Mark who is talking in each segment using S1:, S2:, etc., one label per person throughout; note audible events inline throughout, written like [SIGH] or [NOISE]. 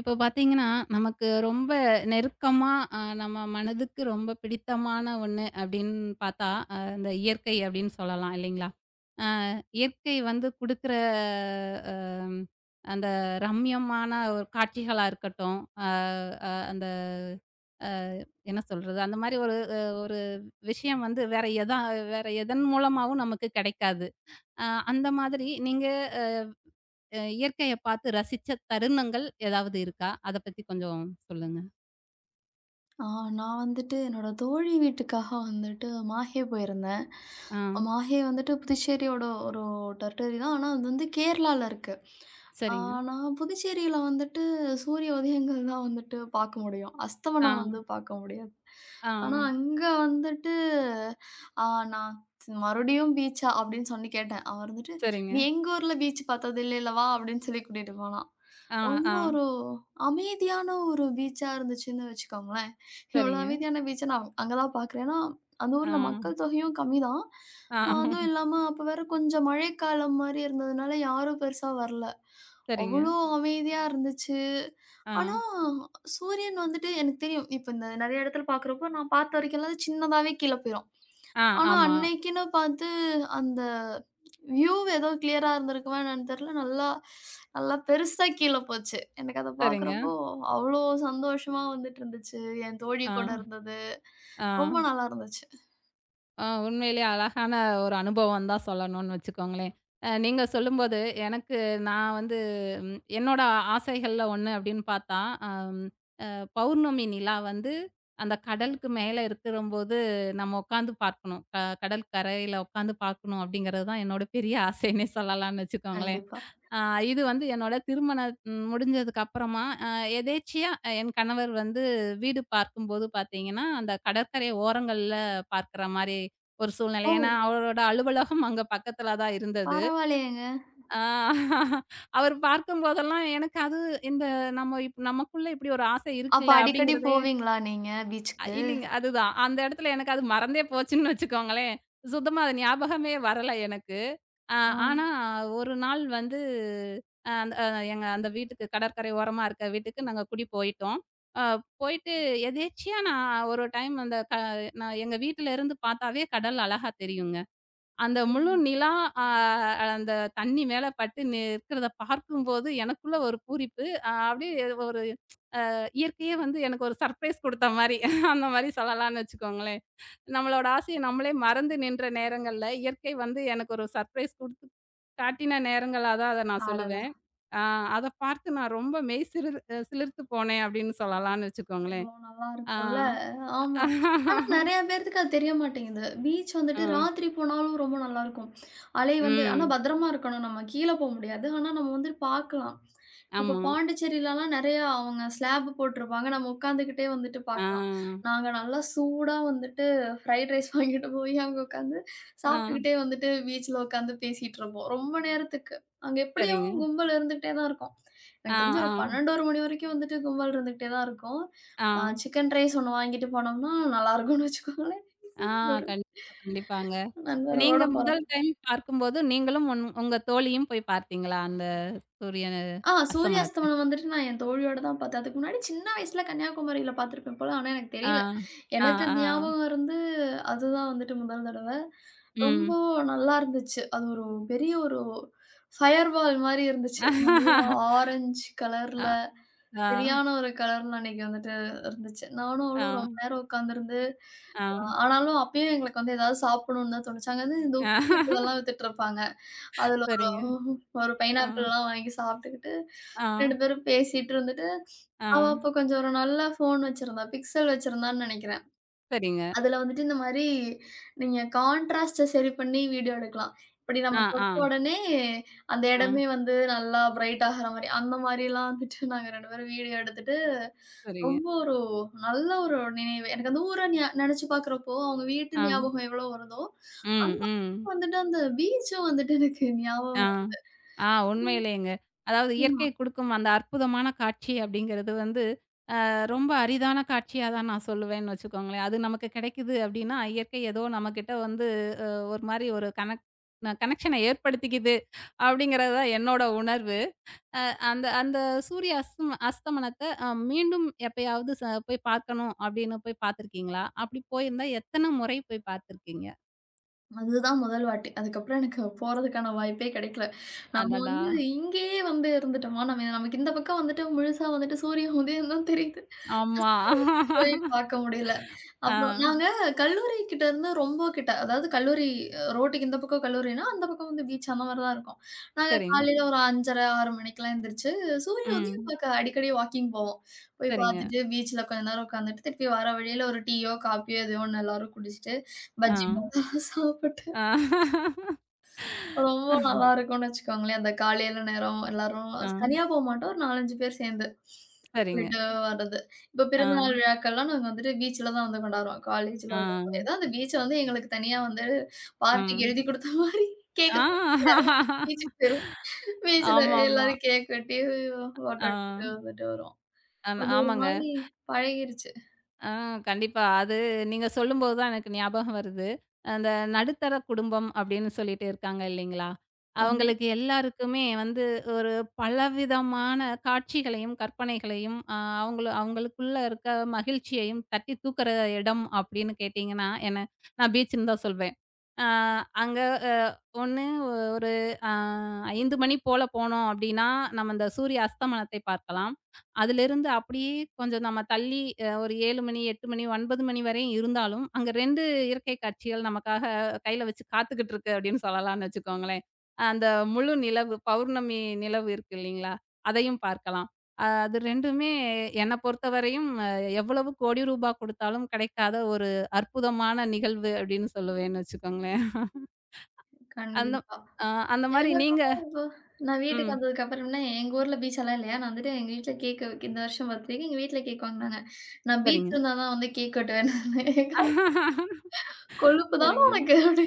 S1: இப்போ பார்த்தீங்கன்னா, நமக்கு ரொம்ப நெருக்கமா நம்ம மனதுக்கு ரொம்ப பிடித்தமான ஒண்ணு அப்படின்னு பார்த்தா, இந்த இயற்கை அப்படின்னு சொல்லலாம் இல்லைங்களா? அ இயற்கை வந்து குடுக்குற அ அந்த ரம்யமான ஒரு காட்சிகளா இருக்கட்டும், அ அ அந்த அ என்ன சொல்றது? அந்த மாரி ஒரு ஒரு விஷயம் வந்து வேற எதன் மூலமாவும் நமக்கு கிடைக்காது. அந்த மாதிரி நீங்க அ அ இயற்கைய பார்த்து ரசிச்ச தருணங்கள் ஏதாவது இருக்கா? அத பத்தி கொஞ்சம் சொல்லுங்க.
S2: ஆ நான் வந்துட்டு என்னோட தோழி வீட்டுக்காக வந்துட்டு மாஹே போயிருந்தேன்.
S1: ஆ.
S2: மாஹே வந்துட்டு புதுச்சேரியோட ஒரு டெரிட்டரி தான். ஆனா, அது வந்து கேரளால இருக்கு. ஆ
S1: சரிங்க.
S2: நான் புதுச்சேரியில வந்துட்டு சூரிய உதயங்கள் தான் வந்துட்டு பார்க்க முடியும்.
S1: ஆ,
S2: அஸ்தமனம் வந்து பார்க்க முடியாது.
S1: ஆ,
S2: ஆனா, அங்க வந்துட்டு ஆ நான் மறுபடியும் பீச்சா? அப்படின்னு சொல்லி கேட்டேன். அவன் வந்துட்டு,
S1: சரிங்க.
S2: "நீ எங்க ஊர்ல பீச் பார்த்தது இல்லைல வா" அப்படின்னு சொல்லி கூட்டிட்டு போனான்.
S1: ஆ, ஆ,
S2: ரொம்ப ஒரு அமைதியான ஒரு பீச்சா இருந்துச்சுன்னு வச்சுக்கோங்களேன். இவ்வளோ
S1: சரிங்க.
S2: அமைதியான பீச்ச நான் அங்க தான் பார்க்குறேன். ஏன்னா, அந்த
S1: ஆ,
S2: ஊர்ல மக்கள் தொகையும் கம்மி தான்.
S1: ஆ,
S2: அதுவும் இல்லாம அப்ப வேற கொஞ்சம் மழைக்காலம் மாரி இருந்ததுனால யாரும் பெருசா வரல.
S1: சரிங்க.
S2: அவ்வளோ அமைதியா இருந்துச்சு.
S1: ஆ,
S2: ஆனா, சூரியன் வந்துட்டு எனக்கு தெரியும். இப்ப இந்த நெறைய இடத்துல பார்க்குறப்போ நான் பார்த்த வரைக்கும்லாம் அது சின்னதாவே கீழ போயிரும்.
S1: ஆ,
S2: ஆனா,
S1: ஆமா.
S2: அன்னைக்குன்னு பாத்து அந்த வியூ ஏதோ கிளியரா இருந்திருக்குமா என்னன்னு தெரியல. நல்லா நல்லா பெருசா கீழ போச்சு. எனக்கு அத
S1: சரிங்க.
S2: பாக்குறப்போ, அவ்ளோ சந்தோஷமா வந்துட்டு இருந்துச்சு. என் தோழி
S1: ஆ,
S2: கூட இருந்தது.
S1: ஆ,
S2: ரொம்ப நல்லா இருந்துச்சு.
S1: ஆ உண்மையிலேயே அழகான ஒரு அனுபவம் தான் சொல்லணும்னு வச்சுக்கோங்களேன். நீங்க சொல்லும்போது எனக்கு நான் வந்து என்னோட ஆசைகள்ல ஒண்ணு அப்படின்னு பார்த்தா, அம் பௌர்ணமி நிலா வந்து அந்த கடலுக்கு மேல இருக்குறம்போது, நம்ம உட்காந்து பார்க்கணும். கடல் கரையில உட்காந்து பார்க்கணும் அப்படிங்கிறது தான் என்னோட பெரிய ஆசைன்னே சொல்லலாம்னு வச்சுக்கோங்களேன்.
S2: கண்டிப்பா.
S1: அ இது வந்து என்னோட திருமணம் முடிஞ்சதுக்கு அப்புறமா, எதேர்ச்சியா என் கணவர் வந்து வீடு பார்க்கும்போது பார்த்தீங்கன்னா, அந்த கடற்கரை ஓரங்கள்ல பார்க்குற மாரி ஒரு சூழ்நிலை.
S2: ஓ!
S1: ஏன்னா, அவரோட அலுவலகம் அங்க பக்கத்துல தான் இருந்தது.
S2: பரவாயில்லையேங்க.
S1: அ அவர் பார்க்கும்போதெல்லாம் எனக்கு அது இந்த நம்ம இப் நமக்குள்ள இப்படி ஒரு ஆசை
S2: அப்ப
S1: இருக்குல்ல
S2: அடிக்கடி
S1: அப்படிங்கிறதே
S2: போவீங்களா நீங்க பீச்சுக்கு?
S1: இல்லீங்க. அதுதான். அந்த இடத்துல எனக்கு அது மறந்தே போச்சுன்னு வச்சுக்கோங்களேன். சுத்தமா அது ஞாபகமே வரல எனக்கு. அ
S2: ஆ.
S1: ஆனா ஒரு நாள் வந்து அ அந்த அ எங்க அந்த வீட்டுக்கு கடற்கரை ஓரமா இருக்க வீட்டுக்கு நாங்க குடி போயிட்டோம். அ போயிட்டு எதேர்ச்சியா நான் ஒரு டைம் அந்த க நான் எங்க வீட்ல இருந்து பார்த்தாவே கடல் அழகா தெரியுங்க. அந்த
S2: ஓ!
S1: முழு நிலா அ அந்த தண்ணி மேல பட்டு நிற்கிறத பார்க்கும்போது எனக்குள்ள ஒரு பூரிப்பு. அப்படியே ஒரு இயற்கையே வந்து எனக்கு ஒரு சர்ப்ரைஸ் குடுத்த மாரி. அந்த மாரி சொல்லலாம்னு வச்சுக்கோங்களேன். நம்மளோட ஆசைய நம்மளே மறந்து நின்ற நேரங்கள்ல, இயற்கை வந்து எனக்கு ஒரு சர்ப்ரைஸ் குடுத்து காட்டின நேரங்களா தான் அத நான்
S2: அடடா!
S1: சொல்லுவேன். ஆ அத பார்த்து நான் ரொம்ப மெய் சிறு அ சிலிர்த்து போனேன் அப்படின்னு சொல்லலாம்னு வச்சுக்கோங்களேன்.
S2: எவ்ளோ நல்லா
S1: ஆ.
S2: இருக்கும்ல. ஆமா. ஆனா நெறைய பேத்துக்கு அது தெரிய மாட்டேங்குது. பீச்
S1: ஆ.
S2: வந்துட்டு ராத்திரி போனாலும் ரொம்ப நல்லாருக்கும். அலை வந்து ஆனா
S1: ம்.
S2: பத்திரமா இருக்கணும். நம்ம கீழ போ முடியாது. ஆனா நம்ம வந்து பார்க்கலாம். இப்ப
S1: ஆமா.
S2: பாண்டிச்சேரிலலாம் நெறையா அவங்க ஸ்லாப் போட்டுருப்பாங்க. நம்ம உட்காந்துக்கிட்டே வந்துட்டு
S1: ஆ.
S2: பார்க்கலாம். நாங்க நல்லா சூடா வந்துட்டு ஃப்ரைட் ரைஸ் வாங்கிட்டு போய் அங்க உட்காந்து
S1: ஆ.
S2: சாப்பிட்டுக்கிட்டே வந்துட்டு பீச்ல உட்காந்து பேசிட்டு இருப்போம். ரொம்ப நேரத்துக்கு. அங்க எப்படியும்
S1: சரிங்க.
S2: கும்பல் இருந்துகிட்டே தான் இருக்கும்.
S1: ஆ,
S2: எனக்கு தெரிஞ்சு
S1: ஆ,
S2: ஒரு 12, 1 மணி வரைக்கும் வந்துட்டு கும்பல் இருந்துகிட்டே தான் இருக்கும்.
S1: ஆ,
S2: ஆ சிக்கன் ரைஸ் ஒண்ணு வாங்கிட்டு போனோம்னா, நல்லாருக்கும்னு வச்சுக்கோங்களேன்.
S1: ஆ.
S2: [LAUGHS] ஒரு
S1: கண்டிப்பா, கண்டிப்பாங்க.
S2: நண்பரோட
S1: நீங்க
S2: போறோம்.
S1: முதல் டைம் பார்க்கும்போது, நீங்களும் உங்க தோழியும் போய் பார்த்தீங்களா? அந்த சூரிய
S2: ஆ சூரிய
S1: அஸ்தமனத்த?
S2: அஸ்தமனம் வந்துட்டு நான் என் தோழியோட தான் பார்த்தேன். அதுக்கு முன்னாடி சின்ன வயசுல கன்னியாகுமரியில பார்த்துருப்பேன் போல. ஆனா எனக்கு
S1: ஆ,
S2: தெரியல.
S1: ஆ,
S2: எனக்கு
S1: ஆ,
S2: ஞாபகம் இருந்து அதுதான் வந்துட்டு முதல் தடவ. ரொம்ப
S1: ம்.
S2: நல்லா இருந்துச்சு. அது ஒரு பெரிய ஒரு ஃபயர் பால் மாரி இருந்துச்சு. நல்லா
S1: [LAUGHS]
S2: ஆரஞ்சு
S1: அ,
S2: கலர்ல
S1: ஆ,
S2: சரியான ஒரு கலர்ன்னு அன்னைக்கு வந்துட்டு இருந்துச்சு. நானும்
S1: ஆ,
S2: அவளும் ரொம்ப நேரம் உட்காந்துருந்து,
S1: ஆ,
S2: ஆனாலும் அப்பயும் எங்களுக்கு வந்து ஏதாவது சாப்பிடணும்னு தான் தோணுச்சு. அங்க வந்து இந்த
S1: ஆ.
S2: உப்பு விட்டதெல்லாம் வித்துட்டுருப்பாங்க. அதுல ஒரு
S1: சரிங்க.
S2: ஒரு
S1: ஆ,
S2: பைனாப்பிள்லாம் வாங்கி சாப்பிட்டுக்கிட்டு,
S1: ஆ,
S2: 2 பேரும் பேசிட்டு இருந்துட்டு,
S1: ஆ,
S2: அவ அப்ப கொஞ்சம் ஒரு நல்ல ஃபோன் வச்சிருந்தா. பிக்சல் வச்சிருந்தான்னு நெனைக்கிறேன்.
S1: சரிங்க.
S2: அதுல வந்துட்டு இந்த மாரி நீங்க கான்ட்ராஸ்ட்ட சரி பண்ணி வீடியோ எடுக்கலாம். இப்படி நம்ம
S1: ஆ, ஆ,
S2: தொட்ட உடனே அந்த
S1: ஆ,
S2: இடமே வந்து நல்லா பிரைட் ஆகுற மாரி, அந்த மாரிலாம் வந்துட்டு நாங்க 2 பேரும் வீடியோ எடுத்துட்டு
S1: சரிங்க.
S2: ரொம்ப ஒரு நல்ல ஒரு நினைவு. எனக்கு அந்த ஊர ஞா நெனச்சு பார்க்குறப்போ, அவங்க
S1: ஆ,
S2: வீட்டு ஞாபகம் எவ்வளோ வருதோ,
S1: ம்,
S2: அங்க
S1: ம்,
S2: வந்துட்டு அந்த பீச்சும் வந்துட்டு எனக்கு
S1: ஆ,
S2: ஞாபகம் வருது.
S1: ஆ, உண்மையிலேங்க. அதாவது
S2: ஆமா.
S1: இயற்கை குடுக்கும் அந்த அற்புதமான காட்சி அப்படிங்கிறது வந்து ரொம்ப அரிதான காட்சியா தான் நான் சொல்லுவேன்னு வச்சுக்கோங்களேன். அது நமக்கு கிடைக்குது அப்டின்னா, இயற்கை ஏதோ நம்மகிட்ட வந்து அ ஒரு மாரி ஒரு கனெக்ஷன ஏற்படுத்திக்குது அப்டிங்கிறது தான் என்னோட உணர்வு. அந்த அந்த சூரிய அஸ்தம் அஸ்தமனத்த மீண்டும் எப்பயாவது போய் பார்க்கணும் அப்டின்னு போய் பார்த்துருக்கீங்களா? அப்டி போயிருந்தா எத்தன முறை போய் பார்த்துருக்கீங்க?
S2: அதுதான் முதல் வாட்டி. அதுக்கப்புறம் எனக்கு போறதுக்கான வாய்ப்பே கெடைக்கல. நம்ம
S1: அடடா!
S2: வந்து இங்கேயே வந்து இருந்துட்டோமா, நம்ம நமக்கு இந்த பக்கம் வந்துட்டு முழுசா வந்துட்டு சூரிய உதயம் தான் தெரியுது.
S1: ஆமா.
S2: போய் பார்க்க முடியல.
S1: ஆ
S2: அப்புறம் நாங்க கல்லூரி கிட்ட இருந்து ரொம்ப கிட்ட. அதாவது கல்லூரி ரோட்டுக்கு இந்த பக்கம் கல்லூரினா, அந்த பக்கம் வந்து பீச் அந்த மாரி தான் இருக்கும். நாங்க
S1: சரிங்க.
S2: காலையில ஒரு 5:30, 6 மணிக்கெல்லாம் எந்திரிச்சு சூரிய உதயம்
S1: ம்.
S2: பாக்க அடிக்கடி வாக்கிங் போவோம். போய்
S1: சரிங்க.
S2: பாத்துட்டு பீச்ல கொஞ்ச நேரம் உக்காந்துட்டு, திருப்பி வர வழியில ஒரு டீயோ, காப்பியோ எதோ ஒண்ணு எல்லாரும் குடிச்சிட்டு,
S1: ஆ.
S2: பஜ்ஜி போண்டா சாப்பிட்டு
S1: ஆ.
S2: [LAUGHS] ரொம்ப நல்லா இருக்கும்னு வச்சுக்கோங்களேன். அந்த காலையில நேரம் எல்லாரும்
S1: ஆ.
S2: தனியா போமாட்டோம். ஒரு 4, 5 பேர் சேர்ந்து
S1: சரிங்க.
S2: போயிட்டு வர்றது. இப்ப
S1: ஆ.
S2: பிறந்தநாள் விழாக்கள்லாம் நாங்க வந்துட்டு பீச்ல தான் வந்து கொண்டாடுவோம். காலேஜ்ல
S1: ஆ.
S2: இருந்தப்போ. ஏதோ அந்த பீச்ச வந்து எங்களுக்கு தனியா வந்து
S1: ஆ.
S2: பார்ட்டிக்கு எழுதி குடுத்த மாரி கேக்க தூக்கிட்டு
S1: ஆ.
S2: எறங்கி பீச்சுக்கு போயிருவோம். பீச்ல
S1: ஆமாமா.
S2: எல்லாரும் கேக் வெட்டி ஃபோட்டோ
S1: ஆ.
S2: எடுத்துட்டு வந்துட்டு வருவோம்.
S1: ஆமா
S2: அது ஒரு
S1: ஆமாங்க.
S2: மாரி பழகிருச்சு.
S1: ஆ கண்டிப்பா. அது நீங்க சொல்லும்போது தான் எனக்கு ஞாபகம் வருது. அந்த நடுத்தர குடும்பம் அப்படின்னு சொல்லிட்டு இருக்காங்க இல்லைங்களா?
S2: ஆமா,
S1: அவங்களுக்கு எல்லாருக்குமே வந்து ஒரு பலவிதமான காட்சிகளையும், கற்பனைகளையும் அவங்களுக்குள்ள இருக்க மகிழ்ச்சியையும் தட்டி தூக்குற இடம் அப்படின்னு கேட்டீங்கன்னா, என்ன நான் பீச்சுன்னு தான் சொல்வேன். ஆ அங்க அ 1 ஒரு அ 5 மணி போல போனோம் அப்படின்னா, நம்ம அந்த சூரிய அஸ்தமனத்தை பார்க்கலாம். அதிலிருந்து அப்படியே கொஞ்சம் நம்ம தள்ளி ஒரு 7 மணி, 8 மணி, 9 மணி வரையும் இருந்தாலும், அங்க 2 இயற்கை காட்சிகள் நமக்காக கையில வச்சு காத்துக்கிட்டு இருக்கு அப்படின்னு சொல்லலாம்னு வச்சுக்கோங்களேன். அந்த முழு நிலவு, பௌர்ணமி நிலவு இருக்கு இல்லைங்களா? அதையும் பார்க்கலாம். அது 2மே என்ன பொறுத்தவரையும் எவ்வளவு கோடி ரூபா கொடுத்தாலும் கிடைக்காத ஒரு அற்புதமான நிகழ்வு அப்படின்னு சொல்லுவேன்னு வச்சுக்கோங்களேன். அந்த
S2: கண்டிப்பா.
S1: ஆ அந்த மாரி நீங்க
S2: எனக்குமே இப்போ நான் வீட்டுக்கு
S1: ம்.
S2: வந்ததுக்கு அப்புறம்னா, எங்க ஊர்ல பீச்செல்லாம் இல்லையா, நான் வந்துட்டு எங்க வீட்ல கேக் இந்த வருஷம் பர்த்டேக்கு எங்க வீட்ல கேக் வாங்குனாங்க. நான் பீச்
S1: சரிங்க.
S2: இருந்தா தான் வந்து கேக் வெட்டுவேன் நானு.
S1: [LAUGHS]
S2: கொழுப்பு தான
S1: சரிங்க.
S2: உனக்கு! அப்டி.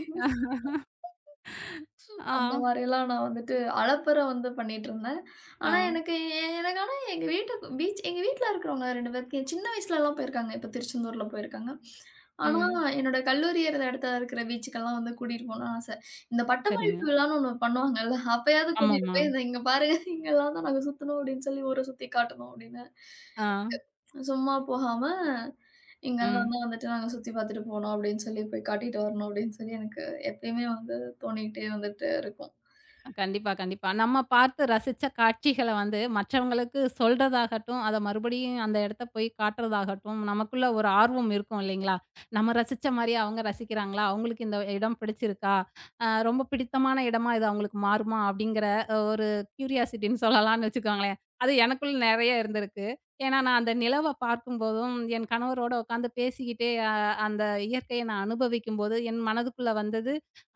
S1: ஆ,
S2: அந்த மாரியெல்லாம் நான் வந்துட்டு அலப்பற வந்து பண்ணிட்டுருந்தேன்.
S1: ஆ.
S2: ஆனா எனக்கு எனக்கு ஆனா எங்க வீட்டுக்கு பீச் எங்க வீட்ல இருக்கிறவங்க 2 பேருக்கு என் சின்ன வயசுலலாம் போயிருக்காங்க. இப்போ திருச்செந்தூர்ல போயிருக்காங்க. ஆனா
S1: ம்.
S2: என்னோட கல்லூரி இரு இடத்துல இருக்கிற பீச்சுக்கெல்லாம் வந்து கூட்டிட்டு போணும்னு ஆச. இந்த
S1: சரிங்க.
S2: பட்டமளிப்பு விழான்னு ஒண்ணு பண்ணுவாங்கல்ல, அப்பயாவது கூட்டிட்டு
S1: ஆமாமா.
S2: போய் இந்த இங்க பாருங்க இங்கெல்லாம் தான் நாங்க சுத்தணும் அப்படின்னு சொல்லி ஊர சுத்தி காட்டணும் அப்படின்னு.
S1: ஆ.
S2: சும்மா போகாம, இங்கெல்லாம்
S1: ம்.
S2: தான் வந்துட்டு நாங்க சுத்தி பார்த்துட்டு போனோம் அப்படின்னு சொல்லி போய் காட்டிட்டு வரணும் அப்படின்னு சொல்லி எனக்கு எப்பயுமே வந்து தோணிக்கிட்டே வந்துட்டு இருக்கும்.
S1: கண்டிப்பா, கண்டிப்பா. நம்ம பார்த்து ரசிச்ச காட்சிகள வந்து மற்றவங்களுக்கு சொல்றதாகட்டும், அத மறுபடியும் அந்த இடத்த போய் காட்டுறதாகட்டும், நமக்குள்ள ஒரு ஆர்வம் இருக்கும் இல்லைங்களா? நம்ம ரசிச்ச மாரி அவங்க ரசிக்கிறாங்களா? அவங்களுக்கு இந்த இடம் பிடிச்சிருக்கா? ரொம்ப பிடித்தமான இடமா இது அவங்களுக்கு மாறுமா? அப்படிங்கிற ஒரு கியூரியாசிட்டின்னு சொல்லலாம்னு வச்சுக்கோங்களேன். அது எனக்குள்ள நெறைய இருந்திருக்கு. ஏன்னா, நான் அந்த நிலவ பார்க்கும்போதும், என் கணவரோட உட்காந்து பேசிக்கிட்டே அந்த இயற்கையை நான் அனுபவிக்கும்போது, என் மனதுக்குள்ள வந்தது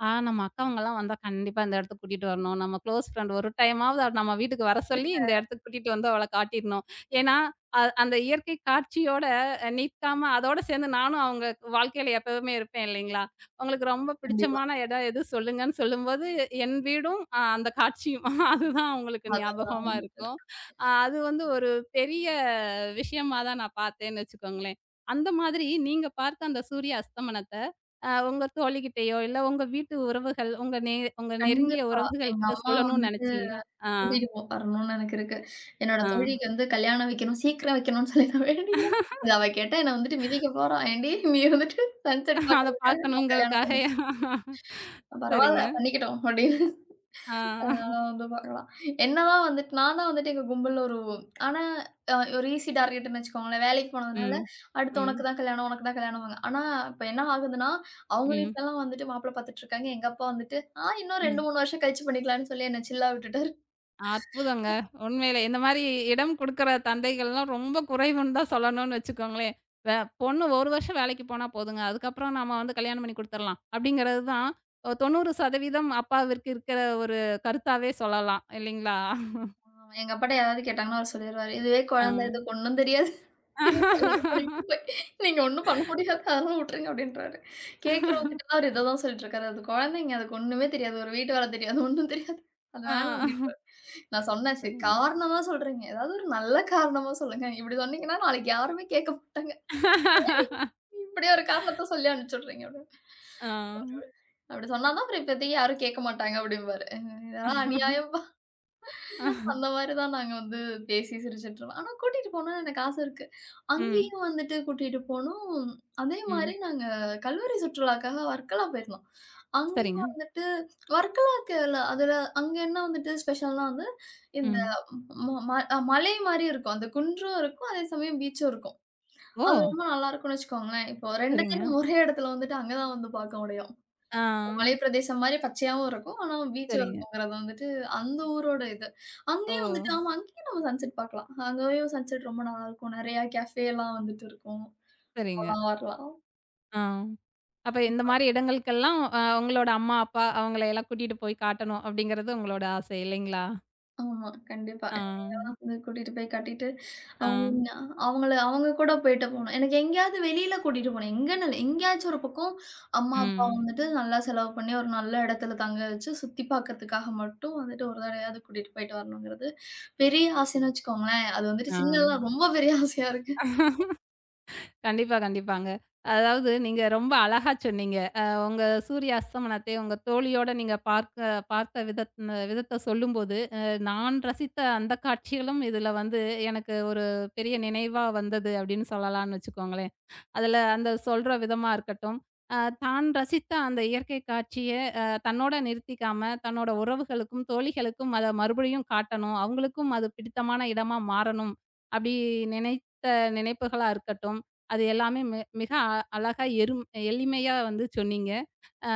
S1: ஆ நம்ம அக்காவங்கலாம் வந்தா கண்டிப்பா இந்த இடத்துக்கு கூட்டிட்டு வரணும். நம்ம க்ளோஸ் ஃப்ரெண்ட் ஒரு டைமாவது அவ நம்ம வீட்டுக்கு வர சொல்லி இந்த இடத்துக்கு கூட்டிட்டு வந்து அவள காட்டிடணும். ஏன்னா, அந்த இயற்கை காட்சியோட நிற்காம அதோட சேர்ந்து நானும் அவங்க வாழ்க்கையில எப்பவுமே இருப்பேன் இல்லைங்களா? உங்களுக்கு ரொம்ப
S2: கண்டிப்பா.
S1: பிடிச்சமான இடம் எது சொல்லுங்கன்னு சொல்லும்போது, என் வீடும் அந்த காட்சியும் [LAUGHS] அதுதான் அவங்களுக்கு
S2: அதுதான்
S1: ஞாபகமா
S2: வந்துட்டு.
S1: இருக்கும். அது வந்து ஒரு பெரிய விஷயமா தான் நான் பார்த்தேன்னு வச்சுக்கோங்களேன். அந்த மாதிரி நீங்க பார்த்த அந்த சூரிய அஸ்தமனத்த உங்க தோழிகிட்டயோ, இல்ல உங்க வீட்டு உறவுகள், உங்க நெருங்கிய
S2: கண்டிப்பா.
S1: உறவுகள்
S2: எங்க
S1: கிட்ட
S2: அம்மா
S1: சொல்லணும்னு
S2: வந்துட்டு
S1: நெனச்சீங்களா? ஆ,
S2: கூட்டிட்டு போ வரணும்னு எனக்கு இருக்கு. என்னோட
S1: ஆ.
S2: தோழிக்கு வந்து கல்யாணம் வைக்கணும், சீக்கிரம் வைக்கணும்னு சொல்லி நான் வேண்டிக்கிறேன். இத அவ கேட்டா என்ன வந்துட்டு மிதிக்க போறா. "ஏன்டி நீ வந்துட்டு சன்செட்
S1: [LAUGHS] அத
S2: பார்க்கறதுக்காக நான் கல்யாணம்
S1: பாக்கணுங்கிறதுக்காக
S2: பண்ண பரவால்ல
S1: சரிங்க.
S2: பண்ணிக்கிட்டோம்" அப்படின்னு. ஆ
S1: ஆ.
S2: வந்து பார்க்கலாம். என்னதான் வந்துட்டு நான் தான் வந்துட்டு எங்க கும்பல்ல ஒரு ஆனா ஒரு ஈஸி டார்கெட்ன்னு வச்சுக்கோங்களேன். வேலைக்கு போனதுனால,
S1: ம்.
S2: அடுத்து
S1: ம்.
S2: உனக்கு தான் கல்யாணம், உனக்கு தான் கல்யாணம்பாங்க. ஆனா இப்ப என்ன ஆகுதுன்னா, அவங்க
S1: ம்.
S2: வீட்லலாம் வந்துட்டு மாப்பிள்ளை பார்த்துட்டு இருக்காங்க. எங்க அப்பா வந்துட்டு, ஆ இன்னும் 2,
S1: ம்.
S2: 3 வருஷம் கழிச்சு பண்ணிக்கலாம்ன்னு சொல்லி என்ன சில்லா விட்டுட்டு
S1: அற்புதங்க. உண்மையிலே இந்த மாரி இடம் குடுக்குற தந்தைகள்லாம் ரொம்ப குறைவுன்னு தான் சொல்லணும்னு வச்சுக்கோங்களேன். வே பொண்ணு 1 வருஷம் வேலைக்கு போனா போதுங்க. அதுக்கப்புறம் நாம வந்து கல்யாணம் பண்ணி குடுத்துரலாம். அப்படிங்கிறது தான் 90% அப்பாவிற்கு இருக்கிற ஒரு கருத்தாவே சொல்லலாம். இல்லைங்களா?
S2: ஆமா. எங்க அப்பாட்ட யாராவது கேட்டாங்கன்னா, அவரு சொல்லிருவாரு. இதுவே
S1: ஆ.
S2: குழந்தை, இதுக்கு ஒண்ணும் தெரியாது. இது கல்யாணம் பண்ணிட்டு போய் நீங்க ஒண்ணும் பண்ண முடியாது. அதெல்லாம் விட்டுருங்க அப்டின்றாரு. கேட்கிறவங்ககிட்டலாம் அவரு இத தான் சொல்லிட்டு இருக்காரு. அது குழந்தைங்க, அதுக்கு ஒண்ணுமே தெரியாது. ஒரு வீட்டு வேல தெரியாது. ஒண்ணும் தெரியாது. அது
S1: ஆ.
S2: வேணாம் அப்டின்றாரு. நான் சொன்னேன், சரி
S1: சரிங்க.
S2: காரணமா சொல்றீங்க. ஏதாவது ஒரு நல்ல காரணமா சொல்லுங்க. இப்டி சொன்னீங்கன்னா, நாளைக்கு யாருமே கேட்க மாட்டாங்க. ஏன் நீங்க இப்டி ஒரு காரணத்த சொல்லி அனுப்பிச்சுடுறீங்க அப்டின்னு.
S1: ஆ.
S2: அவரு அப்டி சொன்னா தான் அப்புறம் இப்போதைக்கு யாரும் கேட்க மாட்டாங்க அப்டிம்பாரு. இதெல்லாம் அநியாயம். அந்த மாரி தான் நாங்க வந்து பேசி சிரிச்சுட்டுருப்போம். ஆனா கூட்டிட்டு போணும்னு எனக்கு ஆசை இருக்கு.
S1: ம்,
S2: அங்கேயும் வந்துட்டு கூட்டிட்டு போனோம். அதே
S1: ம்.
S2: மாரி நாங்க கல்லூரி சுற்றுலாக்காக வர்க்கலா போயிருந்தோம்.
S1: சரிங்க.
S2: அங்கேயும் வந்துட்டு வர்க்கலாக்கு இல்ல அதுல அங்க என்ன வந்துட்டு ஸ்பெஷல்னா வந்து இந்த
S1: ம்.
S2: ம ம அ மலை மாரி இருக்கும். அந்த குன்றும் இருக்கும். அதே சமயம் பீச்சும் இருக்கும்.
S1: ஓ!
S2: அது ரொம்ப நல்லா இருக்கும்னு வச்சுக்கோங்களேன். இப்போ
S1: சரிங்க.
S2: 2த்தையும் நம்ம ஒரே இடத்துல வந்துட்டு அங்க தான் வந்து பார்க்க முடியும்.
S1: ஆ.
S2: மலை பிரதேசம் மாரி பச்சையாவும் இருக்கும். ஆனா பீச்சும்
S1: சரிங்க.
S2: இருக்குங்கிறது வந்துட்டு அந்த ஊரோட இது.
S1: ஓ!
S2: அங்கேயும் வந்துட்டு ஆமா அங்கேயும் நம்ம சன்செட் பார்க்கலாம். அங்கேயும் சன்செட் ரொம்ப நல்லாருக்கும். நெறையா கேஃபேலாம் வந்துட்டு இருக்கும்.
S1: சரிங்க.
S2: போலாம் வரலாம்.
S1: ஆ. அப்ப இந்த மாரி இடங்களுக்கெல்லாம் உங்களோட அம்மா, அப்பா அவங்கள எல்லாம் கூட்டிட்டு போய் காட்டணும் அப்படிங்கிறது உங்களோட ஆசை இல்லைங்களா?
S2: ஆமா, கண்டிப்பா.
S1: ஆ,
S2: வந்து கூட்டிட்டு போய் கட்டிட்டு,
S1: ஆ,
S2: அவங்க அவங்கள அவங்க கூட போயிட்டு போனோம். எனக்கு எங்கேயாவது வெளியில கூட்டிட்டு போனேன். எங்கன்னு இல்ல. எங்கேயாச்சும் ஒரு பக்கம் அம்மா, அப்பா
S1: ம்,
S2: வந்துட்டு நல்லா செலவு பண்ணி ஒரு நல்ல இடத்துல தங்க வச்சு சுத்தி பார்க்கறதுக்காக மட்டும் வந்துட்டு ஒரு தடவையாவது கூட்டிட்டு போயிட்டு வரணுங்கிறது பெரிய ஆசைன்னு வச்சுக்கோங்களேன். அது வந்துட்டு
S1: ஆ.
S2: சின்னதா ரொம்ப பெரிய ஆசையா இருக்கு.
S1: கண்டிப்பா, கண்டிப்பாங்க. அதாவது நீங்க ரொம்ப அழகா சொன்னீங்க. உங்க சூரிய அஸ்தமனத்தை உங்க தோழியோட நீங்க பார்த்த விதத்த சொல்லும்போது, நான் ரசித்த அந்த காட்சிகளும் இதுல வந்து எனக்கு ஒரு பெரிய நினைவா வந்தது அப்படின்னு சொல்லலாம்னு வச்சுக்கோங்களேன். அதில அந்த சொல்ற விதமா இருக்கட்டும், அ தான் ரசித்த அந்த இயற்கை காட்சிய தன்னோட நிறுத்திக்காம, தன்னோட உறவுகளுக்கும், தோழிகளுக்கும் அத மறுபடியும் காட்டணும். அவங்களுக்கும் அது பிடித்தமான இடமா மாறணும். அப்படி நினைத்த நினைப்புகளா இருக்கட்டும். அது எல்லாமே மிக அழகா எளிமையா வந்து சொன்னீங்க.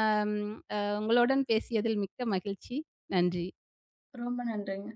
S1: அம் உங்களுடன் பேசியதில் மிக்க மகிழ்ச்சி. நன்றி.
S2: ரொம்ப நன்றிங்க.